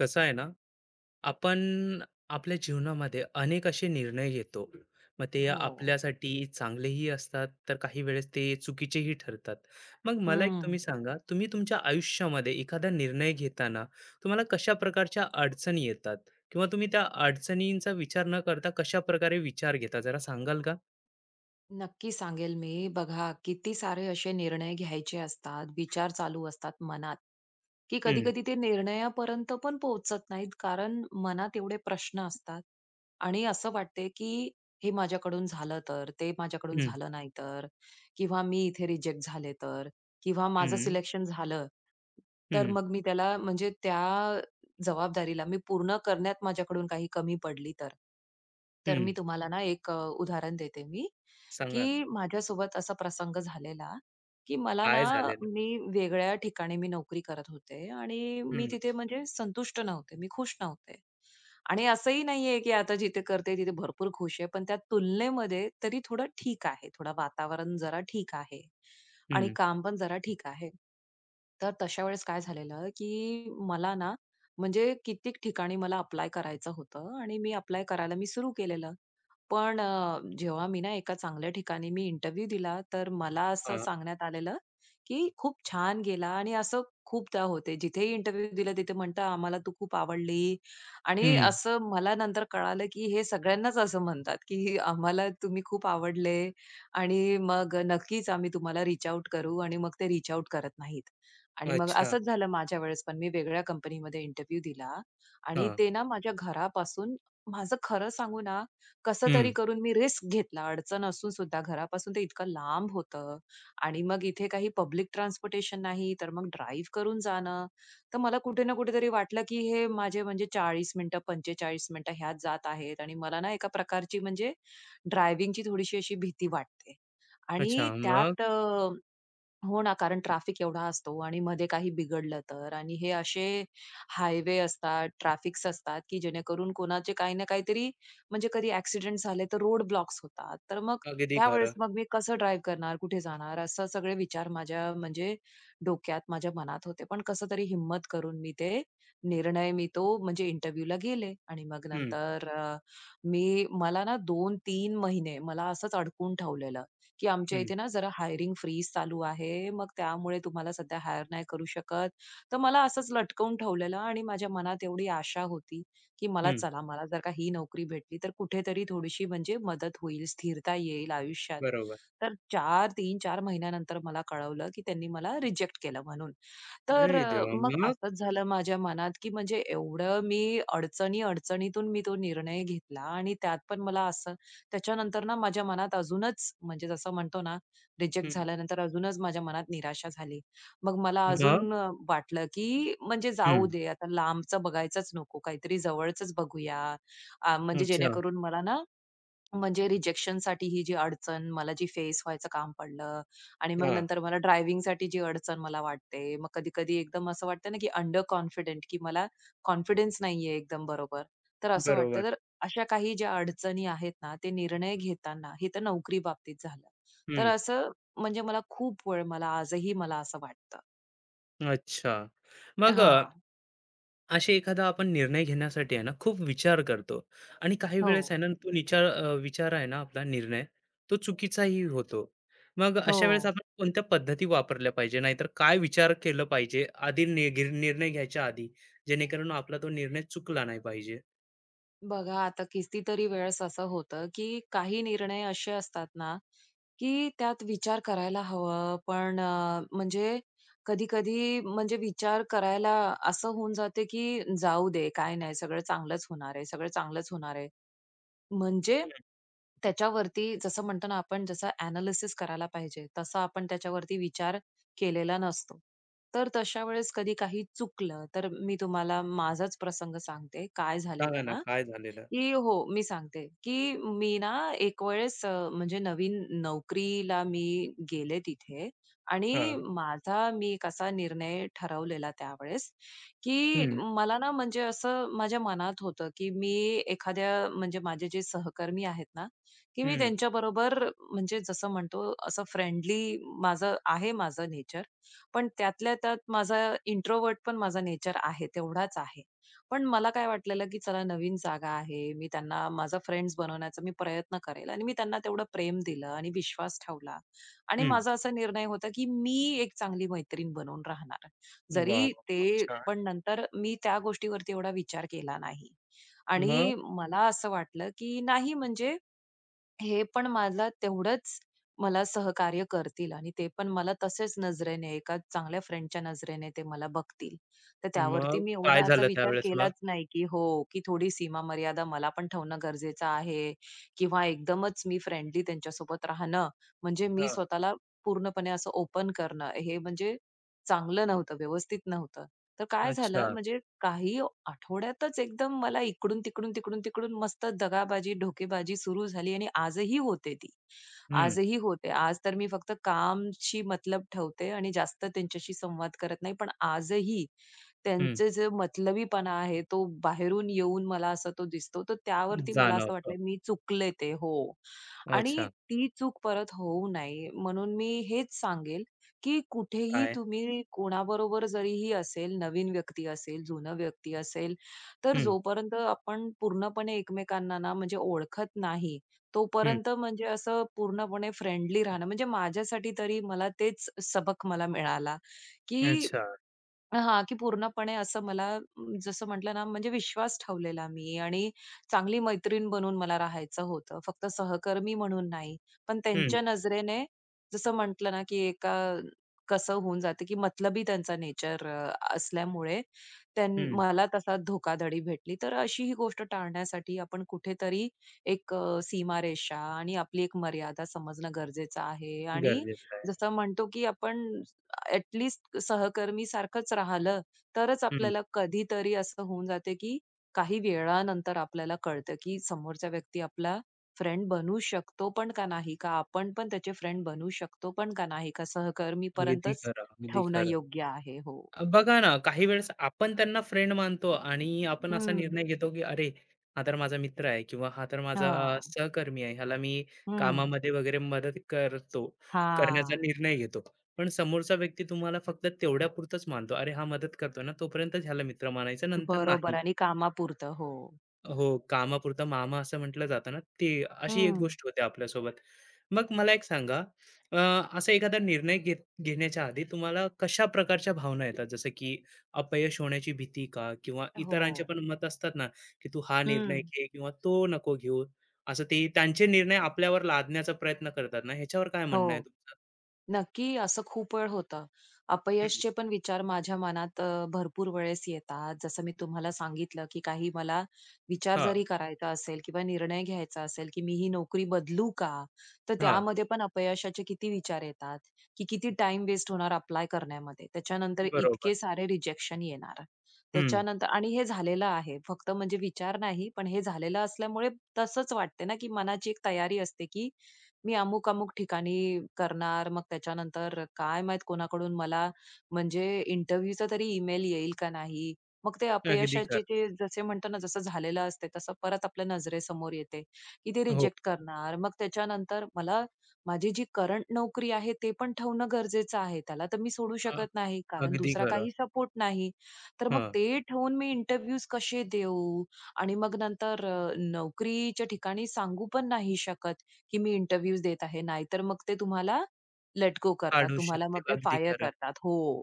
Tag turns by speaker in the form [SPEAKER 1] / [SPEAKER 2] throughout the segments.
[SPEAKER 1] कसं आहे ना, आपण आपल्या जीवनामध्ये अनेक असे निर्णय घेतो. मग ते
[SPEAKER 2] हो.
[SPEAKER 1] आपल्यासाठी चांगलेही असतात, तर काही वेळेस ते चुकीचेही ठरतात. मग मला एक
[SPEAKER 2] हं.
[SPEAKER 1] तुम्ही सांगा, तुम्ही तुमच्या आयुष्यामध्ये एखादा निर्णय घेताना तुम्हाला कशा प्रकारच्या अडचणी येतात? किंवा तुम्ही त्या अडचणींचा विचार न करता कशाप्रकारे विचार घेता, जरा सांगाल का?
[SPEAKER 2] नक्की सांगेल मी. बघा, किती सारे असे निर्णय घ्यायचे असतात, विचार चालू असतात मनात, की
[SPEAKER 1] हं,
[SPEAKER 2] कधी-कधी ते निर्णयापर्यंत पण पोहोचत नाहीत. कारण मनात एवढे प्रश्न असतात आणि असं वाटते, की हे माझ्याकडून झालं तर, ते माझ्याकडून
[SPEAKER 1] हं,
[SPEAKER 2] झालं नाही तर किंवा मी इथे रिजेक्ट झाले तर किंवा माझं
[SPEAKER 1] हं,
[SPEAKER 2] सिलेक्शन झालं, तर
[SPEAKER 1] हं,
[SPEAKER 2] मग मी त्याला म्हणजे त्या जबाबदारीला मी पूर्ण करण्यात माझ्याकडून काही कमी पडली तर. तर मी
[SPEAKER 1] हं.
[SPEAKER 2] तुम्हाला ना एक उदाहरण देते मी. की
[SPEAKER 1] सांगा,
[SPEAKER 2] माझ्यासोबत असा प्रसंग झालेला, की मला ना
[SPEAKER 1] काय झालेलं?
[SPEAKER 2] मी वेगळ्या ठिकाणी मी नोकरी करत होते आणि मी
[SPEAKER 1] हं,
[SPEAKER 2] तिथे म्हणजे संतुष्ट नव्हते, मी खुश नव्हते. आणि असंही नाहीये, की आता जिथे करते तिथे भरपूर खुश आहे. पण त्या तुलनेमध्ये तरी थोडं ठीक आहे. थोडं वातावरण जरा ठीक आहे आणि
[SPEAKER 1] हं,
[SPEAKER 2] काम पण जरा ठीक आहे. तर तशा वेळेस काय झालेलं, की मला ना म्हणजे कित्येक ठिकाणी मला अप्लाय करायचं होतं आणि मी अप्लाय करायला मी सुरू केलेलं. पण जेव्हा मी ना एका चांगल्या ठिकाणी मी इंटरव्ह्यू दिला, तर मला असं
[SPEAKER 1] हां,
[SPEAKER 2] सांगण्यात आलेलं, की "खूप छान गेला" आणि असं खूपदा होते. जिथेही इंटरव्ह्यू दिला तिथे म्हणतात, "आम्हाला तू खूप आवडली" आणि
[SPEAKER 1] हं.
[SPEAKER 2] असं मला नंतर कळालं, की हे सगळ्यांनाच असं म्हणतात, की "आम्हाला तुम्ही खूप आवडले आणि मग नक्कीच आम्ही तुम्हाला रीच आउट करू" आणि मग ते रीच आउट करत नाहीत. आणि मग
[SPEAKER 1] अच्छा.
[SPEAKER 2] असंच झालं माझ्या वेळेस पण. मी वेगळ्या कंपनीमध्ये इंटरव्ह्यू दिला आणि
[SPEAKER 1] हां,
[SPEAKER 2] ते ना माझ्या घरापासून माझं खरं सांगू ना, कसं तरी
[SPEAKER 1] हं.
[SPEAKER 2] करून मी रिस्क घेतला. अडचण असून सुद्धा घरापासून ते इतकं लांब होतं आणि मग इथे काही पब्लिक ट्रान्सपोर्टेशन नाही, तर मग ड्राईव्ह करून जाणं. तर मला कुठे ना कुठेतरी वाटलं, की हे माझे म्हणजे 40 मिनिटं, 45 मिनिटं ह्यात जात आहेत आणि मला ना एका प्रकारची म्हणजे ड्रायव्हिंगची थोडीशी अशी भीती वाटते. आणि
[SPEAKER 1] अच्छा, मग?
[SPEAKER 2] त्यात हो ना, कारण ट्रॅफिक एवढा असतो आणि मध्ये काही बिघडलं तर आणि हे असे हायवे असतात, ट्रॅफिक्स असतात, की जेणेकरून कोणाचे काही ना काहीतरी म्हणजे कधी ॲक्सिडेंट झाले तर रोड ब्लॉक्स होतात. तर मग
[SPEAKER 1] अगदी
[SPEAKER 2] त्यावेळेस
[SPEAKER 1] खरं.
[SPEAKER 2] मग मी कसं ड्राईव्ह करणार, कुठे जाणार? असं सगळे विचार माझ्या म्हणजे डोक्यात, माझ्या मनात होते. पण कसं तरी हिम्मत करून मी ते निर्णय मी तो म्हणजे इंटरव्ह्यूला गेले आणि मग
[SPEAKER 1] हं,
[SPEAKER 2] नंतर मी मला ना 2-3 महिने मला असंच अडकून ठेवलेलं. की आमच्या
[SPEAKER 1] हं,
[SPEAKER 2] इथे ना जरा हायरिंग फ्रीज चालू आहे. मग त्यामुळे तुम्हाला सध्या हायर नाही करू शकत. तर मला असंच लटकवून ठेवलेलं आणि माझ्या मनात एवढी आशा होती, की मला
[SPEAKER 1] हं.
[SPEAKER 2] चला मला जर का ही नोकरी भेटली तर कुठेतरी थोडीशी म्हणजे मदत होईल, स्थिरता येईल आयुष्यात.
[SPEAKER 1] बरोबर.
[SPEAKER 2] तर 4 3-4 महिन्यानंतर मला कळवलं, की त्यांनी मला रिजेक्ट केलं म्हणून. तर
[SPEAKER 1] अरे देवा!
[SPEAKER 2] मग
[SPEAKER 1] मग?
[SPEAKER 2] असंच झालं माझ्या मनात, की म्हणजे एवढं मी अडचणी-अडचणीतून मी तो निर्णय घेतला आणि त्यात पण मला असं त्याच्यानंतर ना माझ्या मनात अजूनच म्हणजे जसं म्हणतो ना, रिजेक्ट
[SPEAKER 1] हं.
[SPEAKER 2] झाल्यानंतर अजूनच माझ्या मनात निराशा झाली. मग मला
[SPEAKER 1] मग?
[SPEAKER 2] अजून वाटलं, की म्हणजे
[SPEAKER 1] हं.
[SPEAKER 2] जाऊ दे आता लांबचं बघायचंच नको, काहीतरी जवळचंच बघूया. म्हणजे
[SPEAKER 1] अच्छा.
[SPEAKER 2] जेणेकरून मला ना म्हणजे रिजेक्शनसाठी ही जी अडचण मला जी फेस व्हायचं काम पडलं आणि मग
[SPEAKER 1] हां.
[SPEAKER 2] नंतर मला ड्रायव्हिंगसाठी जी अडचण मला वाटते. मग कधी-कधी एकदम असं वाटतं ना, की अंडर कॉन्फिडेंट, की मला कॉन्फिडन्स नाहीये एकदम बरोबर. तर असं वाटतं.
[SPEAKER 1] बरोबर.
[SPEAKER 2] तर अशा काही ज्या अडचणी आहेत ना, ते निर्णय घेताना हे तर नोकरी बाबतीत झालं. तर
[SPEAKER 1] हं.
[SPEAKER 2] असं म्हणजे मला खूप वेळ मला आजही मला असं वाटतं.
[SPEAKER 1] अच्छा. मग
[SPEAKER 2] हां.
[SPEAKER 1] असे एखादा आपण निर्णय घेण्यासाठी आहे ना, खूप विचार करतो आणि काही
[SPEAKER 2] हो.
[SPEAKER 1] वेळेस आहे ना, तो विचार आहे ना आपला निर्णय, तो चुकीचाही होतो. मग अशा वेळेस
[SPEAKER 2] हो.
[SPEAKER 1] आपण कोणत्या पद्धती वापरल्या पाहिजे? नाहीतर काय विचार केलं पाहिजे आधी निगीर निर्णय घ्यायच्या आधी, जेणेकरून आपला तो निर्णय चुकला नाही पाहिजे?
[SPEAKER 2] बघा आता कितीतरी वेळेस असं होतं, की काही निर्णय असे असतात ना, की त्यात विचार करायला हवा. पण म्हणजे कधी-कधी म्हणजे विचार करायला असं होऊन जाते, की जाऊ दे, काय नाही, सगळं चांगलंच होणार आहे, सगळं चांगलंच होणार आहे. म्हणजे
[SPEAKER 1] हं.
[SPEAKER 2] त्याच्यावरती जसं म्हणतो ना आपण जसं एनालिसिस करायला पाहिजे, तसा आपण त्याच्यावरती विचार केलेला नसतो. तर तशा वेळेस कधी काही चुकलं, तर मी तुम्हाला माझाच प्रसंग सांगते. काय
[SPEAKER 1] सांगा
[SPEAKER 2] झालेलं
[SPEAKER 1] ना
[SPEAKER 2] ना,
[SPEAKER 1] काय झालेलं?
[SPEAKER 2] की हो, मी सांगते, की मी ना एक वेळेस म्हणजे नवीन नोकरीला मी गेले तिथे आणि
[SPEAKER 1] हां.
[SPEAKER 2] माझा मी एक असा निर्णय ठरवलेला त्यावेळेस, की
[SPEAKER 1] हं,
[SPEAKER 2] मला ना म्हणजे असं माझ्या मनात होतं, की मी एखाद्या म्हणजे माझे जे सहकर्मी आहेत ना, की मी
[SPEAKER 1] हं,
[SPEAKER 2] त्यांच्या बरोबर म्हणजे जसं म्हणतो असं फ्रेंडली माझं आहे माझं नेचर. पण त्यातल्या त्यात माझा इंट्रोव्हर्ट पण माझा नेचर आहे, तेवढाच आहे. पण मला काय वाटलेलं, की चला नवीन जागा आहे. मी त्यांना माझा फ्रेंड्स बनवण्याचा मी प्रयत्न करेल आणि मी त्यांना तेवढं प्रेम दिलं आणि विश्वास ठेवला आणि
[SPEAKER 1] हं.
[SPEAKER 2] माझा असा निर्णय होता, की मी एक चांगली मैत्रीण बनवून राहणार.
[SPEAKER 1] वॉव!
[SPEAKER 2] जरी
[SPEAKER 1] खूप
[SPEAKER 2] ते
[SPEAKER 1] छान.
[SPEAKER 2] पण नंतर मी त्या गोष्टीवरती एवढा विचार केला नाही
[SPEAKER 1] मग?
[SPEAKER 2] आणि मला असं वाटलं, की नाही म्हणजे हे पण मला तेवढंच मला सहकार्य करतील आणि ते पण मला तसेच नजरेने, एका चांगल्या फ्रेंडच्या नजरेने ते मला बघतील. तर त्यावरती
[SPEAKER 1] मग
[SPEAKER 2] मी
[SPEAKER 1] काय
[SPEAKER 2] एवढा असा
[SPEAKER 1] झालं
[SPEAKER 2] विचार
[SPEAKER 1] त्यावेळेस मग?
[SPEAKER 2] केलाच नाही, की हो, की थोडी सीमा मर्यादा मला पण ठेवणं गरजेचं आहे किंवा एकदमच मी फ्रेंडली त्यांच्यासोबत राहणं, म्हणजे मी
[SPEAKER 1] हां.
[SPEAKER 2] स्वतःला पूर्णपणे असं ओपन करणं, हे म्हणजे चांगलं नव्हतं, व्यवस्थित नव्हतं. तर काय
[SPEAKER 1] अच्छा.
[SPEAKER 2] झालं म्हणजे काही आठवड्यातच एकदम मला इकडून तिकडून, तिकडून तिकडून मस्त दगाबाजी, ढोकेबाजी सुरू झाली आणि आजही होते ती.
[SPEAKER 1] हं,
[SPEAKER 2] आजही होते. आज तर मी फक्त कामशी मतलब ठेवते आणि जास्त त्यांच्याशी संवाद करत नाही. पण आजही
[SPEAKER 1] हं.
[SPEAKER 2] त्यांचे जे मतलबीपणा आहे, तो बाहेरून येऊन मला असा तो दिसतो. तर त्यावरती मला असं
[SPEAKER 1] जाणवतं.
[SPEAKER 2] वाटलं मी चुकले ते. हो. आणि
[SPEAKER 1] अच्छा.
[SPEAKER 2] ती चूक परत होऊ नये म्हणून मी हेच सांगेल, की कुठेही
[SPEAKER 1] काय?
[SPEAKER 2] तुम्ही कोणाबरोबर जरीही असेल, नवीन व्यक्ती असेल, जुनं व्यक्ती असेल, तर
[SPEAKER 1] हं,
[SPEAKER 2] जोपर्यंत आपण पूर्णपणे एकमेकांना ना म्हणजे ओळखत नाही,
[SPEAKER 1] हं.
[SPEAKER 2] तोपर्यंत म्हणजे असं पूर्णपणे फ्रेंडली राहणं म्हणजे माझ्यासाठी तरी मला तेच सबक मला मिळाला, की
[SPEAKER 1] अच्छा.
[SPEAKER 2] हां, की पूर्णपणे असं मला जसं म्हटलं ना, म्हणजे विश्वास ठेवलेला मी आणि चांगली मैत्रीण बनून मला राहायचं होतं. फक्त सहकर्मी म्हणून नाही. पण
[SPEAKER 1] हं,
[SPEAKER 2] त्यांच्या नजरेने जसं म्हटलं ना, की एका कसं होऊन जाते की मतलबी त्यांचा नेचर असल्यामुळे त्यां
[SPEAKER 1] हं.
[SPEAKER 2] मला तसा धोकाधडी भेटली. तर अशी ही गोष्ट टाळण्यासाठी आपण कुठेतरी एक सीमारेषा आणि आपली एक मर्यादा समजणं गरजेचं आहे आणि
[SPEAKER 1] गरजेचं आहे.
[SPEAKER 2] जसं म्हणतो, की आपण ॲटलीस्ट सहकर्मी सारखंच राहिलं, तरच
[SPEAKER 1] हं.
[SPEAKER 2] आपल्याला कधीतरी असं होऊन जाते, की काही वेळानंतर आपल्याला कळतं, की समोरचा व्यक्ती आपला फ्रेंड बनू शकतो पण का नाही का? आपण पण त्याचे फ्रेंड बनू शकतो पण का नाही का?
[SPEAKER 1] अगदी
[SPEAKER 2] सहकर्मीपर्यंतच
[SPEAKER 1] खरं, अगदी
[SPEAKER 2] ठेवणं
[SPEAKER 1] खरं.
[SPEAKER 2] योग्य आहे. हो.
[SPEAKER 1] बघा ना, काही वेळेस आपण त्यांना फ्रेंड मानतो आणि आपण असा
[SPEAKER 2] हं.
[SPEAKER 1] निर्णय घेतो, की अरे, हा तर माझा मित्र आहे किंवा हा तर माझा
[SPEAKER 2] हां.
[SPEAKER 1] सहकर्मी आहे. ह्याला मी
[SPEAKER 2] हं.
[SPEAKER 1] कामामध्ये वगैरे मदत करतो, करण्याचा
[SPEAKER 2] हां.
[SPEAKER 1] निर्णय घेतो. पण समोरचा व्यक्ती तुम्हाला फक्त तेवढ्यापुरतंच मानतो. अरे, हा मदत करतोय ना, तोपर्यंतच ह्याला मित्र मानायचं, नंतर
[SPEAKER 2] बरोबर
[SPEAKER 1] नाही.
[SPEAKER 2] आणि कामापुरतं. हो.
[SPEAKER 1] हो, कामापुरता मामा असं म्हटलं जातं ना, ते अशी एक
[SPEAKER 2] हं.
[SPEAKER 1] गोष्ट होते आपल्यासोबत. मग मला एक सांगा, अ, असा एखादा निर्णय घेण्याच्या आधी तुम्हाला कशा प्रकारच्या भावना येतात? जसं की अपयश होण्याची भीती का? किंवा
[SPEAKER 2] हो.
[SPEAKER 1] इतरांचे पण मत असतात ना, की तू हा निर्णय
[SPEAKER 2] हं.
[SPEAKER 1] घे किंवा तो नको घेऊ. असं ते त्यांचे निर्णय आपल्यावर लादण्याचा प्रयत्न करतात ना, ह्याच्यावर काय
[SPEAKER 2] हो.
[SPEAKER 1] म्हणणं आहे तुमचं?
[SPEAKER 2] नक्की, असं खूप वेळ होतं.
[SPEAKER 1] हं.
[SPEAKER 2] अपयशचे पण विचार माझ्या मनात भरपूर वेळेस येतात. जसं मी तुम्हाला सांगितलं, की काही मला विचार
[SPEAKER 1] हां,
[SPEAKER 2] जरी करायचा असेल किंवा निर्णय घ्यायचा असेल, की मी ही नोकरी बदलू का? तर
[SPEAKER 1] हां.
[SPEAKER 2] त्यामध्ये पण अपयशाचे किती विचार येतात, की किती टाइम वेस्ट होणार अप्लाय करण्यामध्ये. त्याच्यानंतर
[SPEAKER 1] बरोबर.
[SPEAKER 2] इतके सारे रिजेक्शन येणार.
[SPEAKER 1] हं.
[SPEAKER 2] त्याच्यानंतर आणि हे झालेलं आहे. फक्त म्हणजे विचार नाही, पण हे झालेलं असल्यामुळे तसंच वाटते ना, की मनाची एक तयारी असते, की मी अमुक-अमुक ठिकाणी करणार. मग त्याच्यानंतर काय माहीत कोणाकडून मला म्हणजे इंटरव्ह्यूचा तरी ईमेल येईल का नाही? मग ते
[SPEAKER 1] अगदी
[SPEAKER 2] अपयशाचे
[SPEAKER 1] खरं.
[SPEAKER 2] ते जसे म्हणतो ना, जसं झालेलं असते तसं परत आपल्या नजरेसमोर येते, की ते
[SPEAKER 1] हो.
[SPEAKER 2] रिजेक्ट करणार. मग त्याच्यानंतर मला माझी जी करंट नोकरी आहे ते पण ठेवणं गरजेचं आहे. त्याला तर मी सोडू
[SPEAKER 1] अ,
[SPEAKER 2] शकत नाही कारण
[SPEAKER 1] अगदी
[SPEAKER 2] दुसरा
[SPEAKER 1] खरं.
[SPEAKER 2] काही सपोर्ट नाही. तर मग
[SPEAKER 1] हं.
[SPEAKER 2] ते ठेवून मी इंटरव्ह्यूज कसे देऊ? आणि मग नंतर नोकरीच्या ठिकाणी सांगू पण नाही शकत. की मी इंटरव्ह्यूज देत आहे. नाहीतर मग ते तुम्हाला लेट गो करतात.
[SPEAKER 1] काढू
[SPEAKER 2] तुम्हाला मग
[SPEAKER 1] शकतील.
[SPEAKER 2] ते
[SPEAKER 1] अगदी
[SPEAKER 2] फायर
[SPEAKER 1] खरं.
[SPEAKER 2] करतात. हो.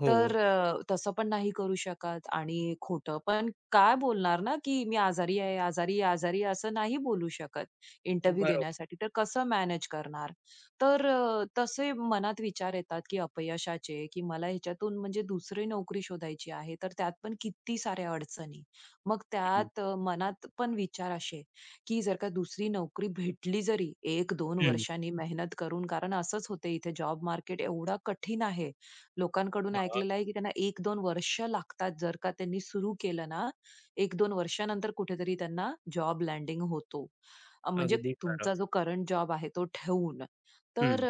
[SPEAKER 1] हो.
[SPEAKER 2] तर तसं पण नाही करू शकत आणि खोटं पण काय बोलणार ना, की मी आजारी आहे, आजारी आहे, आजारी आहे असं नाही बोलू शकत इंटरव्ह्यू
[SPEAKER 1] बरोबर.
[SPEAKER 2] देण्यासाठी. तर कसं मॅनेज करणार? तर तसे मनात विचार येतात, की अपयशाचे, की मला ह्याच्यातून म्हणजे दुसरी नोकरी शोधायची आहे. तर त्यात पण किती साऱ्या अडचणी. मग
[SPEAKER 1] हं,
[SPEAKER 2] त्यात मनात पण विचार असे की जर का दुसरी नोकरी भेटली जरी 1-2
[SPEAKER 1] हं.
[SPEAKER 2] वर्षांनी मेहनत करून, कारण असंच होते इथे जॉब मार्केट एवढा कठीण आहे. लोकांकडून
[SPEAKER 1] हां,
[SPEAKER 2] ऐकलेलं आहे, की त्यांना 1-2 वर्ष लागतात. जर का त्यांनी सुरू केलं ना, 1-2 वर्षानंतर कुठेतरी त्यांना जॉब लँडिंग होतो. म्हणजे
[SPEAKER 1] अगदी खरं.
[SPEAKER 2] तुमचा जो करंट जॉब आहे तो ठेवून.
[SPEAKER 1] हं,
[SPEAKER 2] तर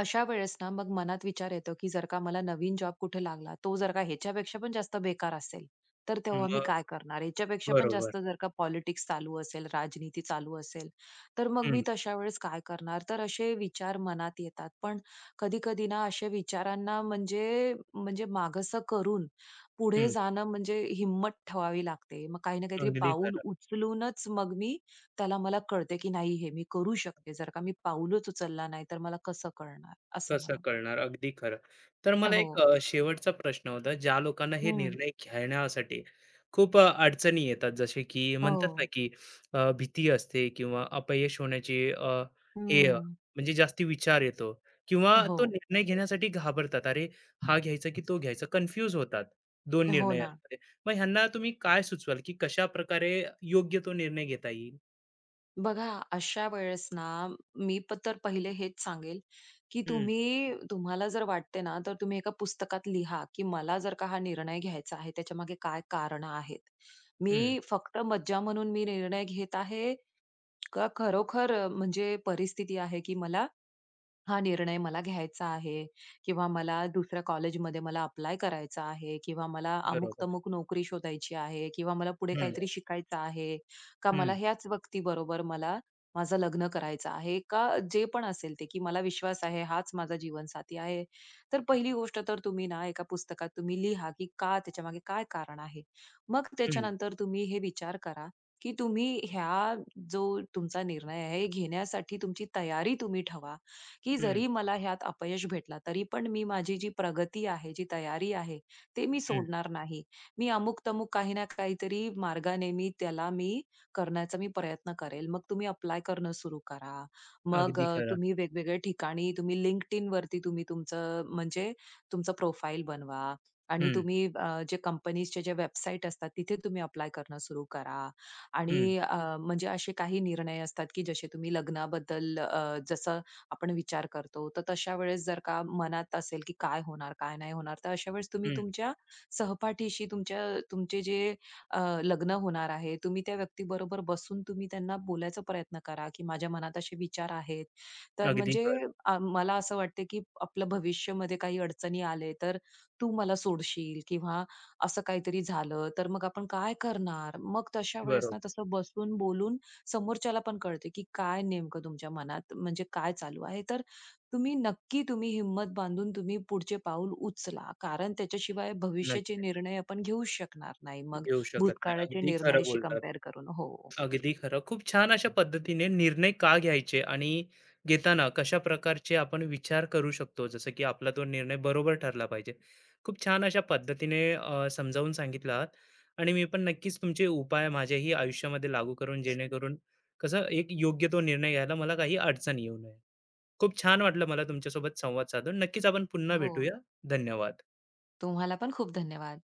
[SPEAKER 2] अशा वेळेस ना मग मनात विचार येतो, की जर का मला नवीन जॉब कुठे लागला, तो जर का ह्याच्यापेक्षा पण जास्त बेकार असेल, तर
[SPEAKER 1] मग
[SPEAKER 2] तेव्हा मी काय करणार? ह्याच्यापेक्षा पण
[SPEAKER 1] बरोबर.
[SPEAKER 2] जास्त जर का पॉलिटिक्स चालू असेल, राजनीती चालू असेल, तर मग
[SPEAKER 1] हं,
[SPEAKER 2] मी तशा वेळेस काय करणार? तर असे विचार मनात येतात. पण कधी-कधी ना अशा विचारांना म्हणजे म्हणजे मागासं करून पुढे
[SPEAKER 1] हं.
[SPEAKER 2] जाणं म्हणजे हिम्मत ठेवावी लागते. मग काही ना काहीतरी
[SPEAKER 1] अगदी
[SPEAKER 2] पाऊल
[SPEAKER 1] खरं.
[SPEAKER 2] उचलूनच मग मी त्याला मला कळते, की नाही हे मी करू शकते. जर का मी पाऊलच उचलला नाही, तर मला कसं कळणार? असं
[SPEAKER 1] कसं
[SPEAKER 2] म्हणून.
[SPEAKER 1] कळणार? अगदी खरं. तर मला एक
[SPEAKER 2] हो.
[SPEAKER 1] शेवटचा प्रश्न होता. ज्या लोकांना हे
[SPEAKER 2] हं.
[SPEAKER 1] निर्णय घेण्यासाठी खूप अडचणी येतात, जसे की म्हणतात ना,
[SPEAKER 2] हो.
[SPEAKER 1] की भीती असते किंवा अपयश होण्याची हे
[SPEAKER 2] हं.
[SPEAKER 1] म्हणजे जास्ती विचार येतो किंवा
[SPEAKER 2] हो.
[SPEAKER 1] तो निर्णय घेण्यासाठी घाबरतात. अरे, हा घ्यायचा की तो घ्यायचा? कन्फ्यूज होतात 2
[SPEAKER 2] हो ना.
[SPEAKER 1] निर्णयांमध्ये. मग ह्यांना तुम्ही काय सुचवाल, की कशाप्रकारे योग्य तो निर्णय घेता येईल?
[SPEAKER 2] बघा अशा वेळेस ना, मी तर पहिले हेच सांगेल, की
[SPEAKER 1] हं,
[SPEAKER 2] तुम्ही तुम्हाला जर वाटते ना, तर तुम्ही एका पुस्तकात लिहा, की मला जर का हा निर्णय घ्यायचा आहे, त्याच्यामागे काय कारणं आहेत?
[SPEAKER 1] हं.
[SPEAKER 2] मी फक्त मज्जा म्हणून मी निर्णय घेत आहे, का खरोखर म्हणजे परिस्थिती आहे, की मला हा निर्णय मला घ्यायचा आहे किंवा मला दुसऱ्या कॉलेजमध्ये मला अप्लाय करायचा आहे किंवा मला अमुक
[SPEAKER 1] बरोबर.
[SPEAKER 2] तमुक नोकरी शोधायची आहे किंवा मला पुढे
[SPEAKER 1] हं,
[SPEAKER 2] काहीतरी शिकायचं आहे का मला
[SPEAKER 1] हं,
[SPEAKER 2] ह्याच व्यक्ती बरोबर मला माझं लग्न करायचं आहे का जे पण असेल ते की मला विश्वास आहे हाच माझा जीवनसाथी आहे तर पहिली गोष्ट तर तुम्ही ना एका पुस्तकात तुम्ही लिहा की का त्याच्या मागे काय कारण आहे मग
[SPEAKER 1] हं,
[SPEAKER 2] त्याच्यानंतर तुम्ही हे विचार करा की तुम्ही ह्या जो तुमचा निर्णय आहे हे घेण्यासाठी तुमची तयारी तुम्ही ठेवा की
[SPEAKER 1] हं,
[SPEAKER 2] जरी मला ह्यात अपयश भेटला तरी पण मी माझी जी प्रगती आहे, जी तयारी आहे, ते मी
[SPEAKER 1] हं.
[SPEAKER 2] सोडणार नाही. मी अमुक-तमुक काही ना काहीतरी मार्गाने मी त्याला मी करण्याचा मी प्रयत्न करेल. मग तुम्ही अप्लाय करणं सुरू करा. मग
[SPEAKER 1] अगदी खरं.
[SPEAKER 2] तुम्ही वेगवेगळ्या ठिकाणी तुम्ही LinkedIn वरती तुम्ही तुमचं म्हणजे तुमचं प्रोफाईल बनवा आणि
[SPEAKER 1] हं,
[SPEAKER 2] तुम्ही जे कंपनीजचे जे वेबसाईट असतात तिथे तुम्ही अप्लाय करणं सुरू करा आणि
[SPEAKER 1] हं,
[SPEAKER 2] म्हणजे असे काही निर्णय असतात की जसे तुम्ही लग्नाबद्दल जसं आपण विचार करतो. तर तशा वेळेस जर का मनात असेल, की काय होणार, काय नाही होणार, तर अशा वेळेस तुम्ही
[SPEAKER 1] हं.
[SPEAKER 2] तुमच्या सहपाठीशी तुमच्या तुमचे जे लग्न होणार आहे, तुम्ही त्या व्यक्तीबरोबर बसून तुम्ही त्यांना बोलायचा प्रयत्न करा, की माझ्या मनात असे विचार आहेत. तर
[SPEAKER 1] अगदी
[SPEAKER 2] म्हणजे
[SPEAKER 1] खरं.
[SPEAKER 2] मला असं वाटते, की आपलं भविष्यामध्ये काही अडचणी आले, तर तू मला सोडशील किंवा असं काहीतरी झालं, तर मग आपण काय करणार? मग तशा वेळेस
[SPEAKER 1] बरोबर.
[SPEAKER 2] ना तसं बसून बोलून समोरच्याला पण कळते, की काय नेमकं तुमच्या मनात म्हणजे काय चालू आहे. तर तुम्ही नक्की तुम्ही हिंमत बांधून तुम्ही पुढचे पाऊल उचला. कारण त्याच्याशिवाय भविष्याचे
[SPEAKER 1] नक्कीच.
[SPEAKER 2] निर्णय आपण घेऊच शकणार नाही मग
[SPEAKER 1] घेऊ शकत नाही.
[SPEAKER 2] भूतकाळाचे
[SPEAKER 1] अगदी खरं
[SPEAKER 2] निर्णयाशी
[SPEAKER 1] बोललात.
[SPEAKER 2] कंपेअर करून. हो.
[SPEAKER 1] अगदी खरं. खूप छान अशा पद्धतीने निर्णय का घ्यायचे आणि घेताना कशा प्रकारचे आपण विचार करू शकतो, जसं की आपला तो निर्णय बरोबर ठरला पाहिजे. खूप छान अशा पद्धतीने समजावून सांगितलं आहात आणि मी पण नक्कीच तुमचे उपाय माझ्याही आयुष्यामध्ये लागू करून जेणेकरून कसं एक योग्य तो निर्णय घ्यायला मला काही अडचण येऊ नये. खूप छान वाटलं मला तुमच्यासोबत संवाद साधून. नक्कीच आपण पुन्हा
[SPEAKER 2] हो.
[SPEAKER 1] भेटूया. धन्यवाद.
[SPEAKER 2] तुम्हाला पण खूप धन्यवाद.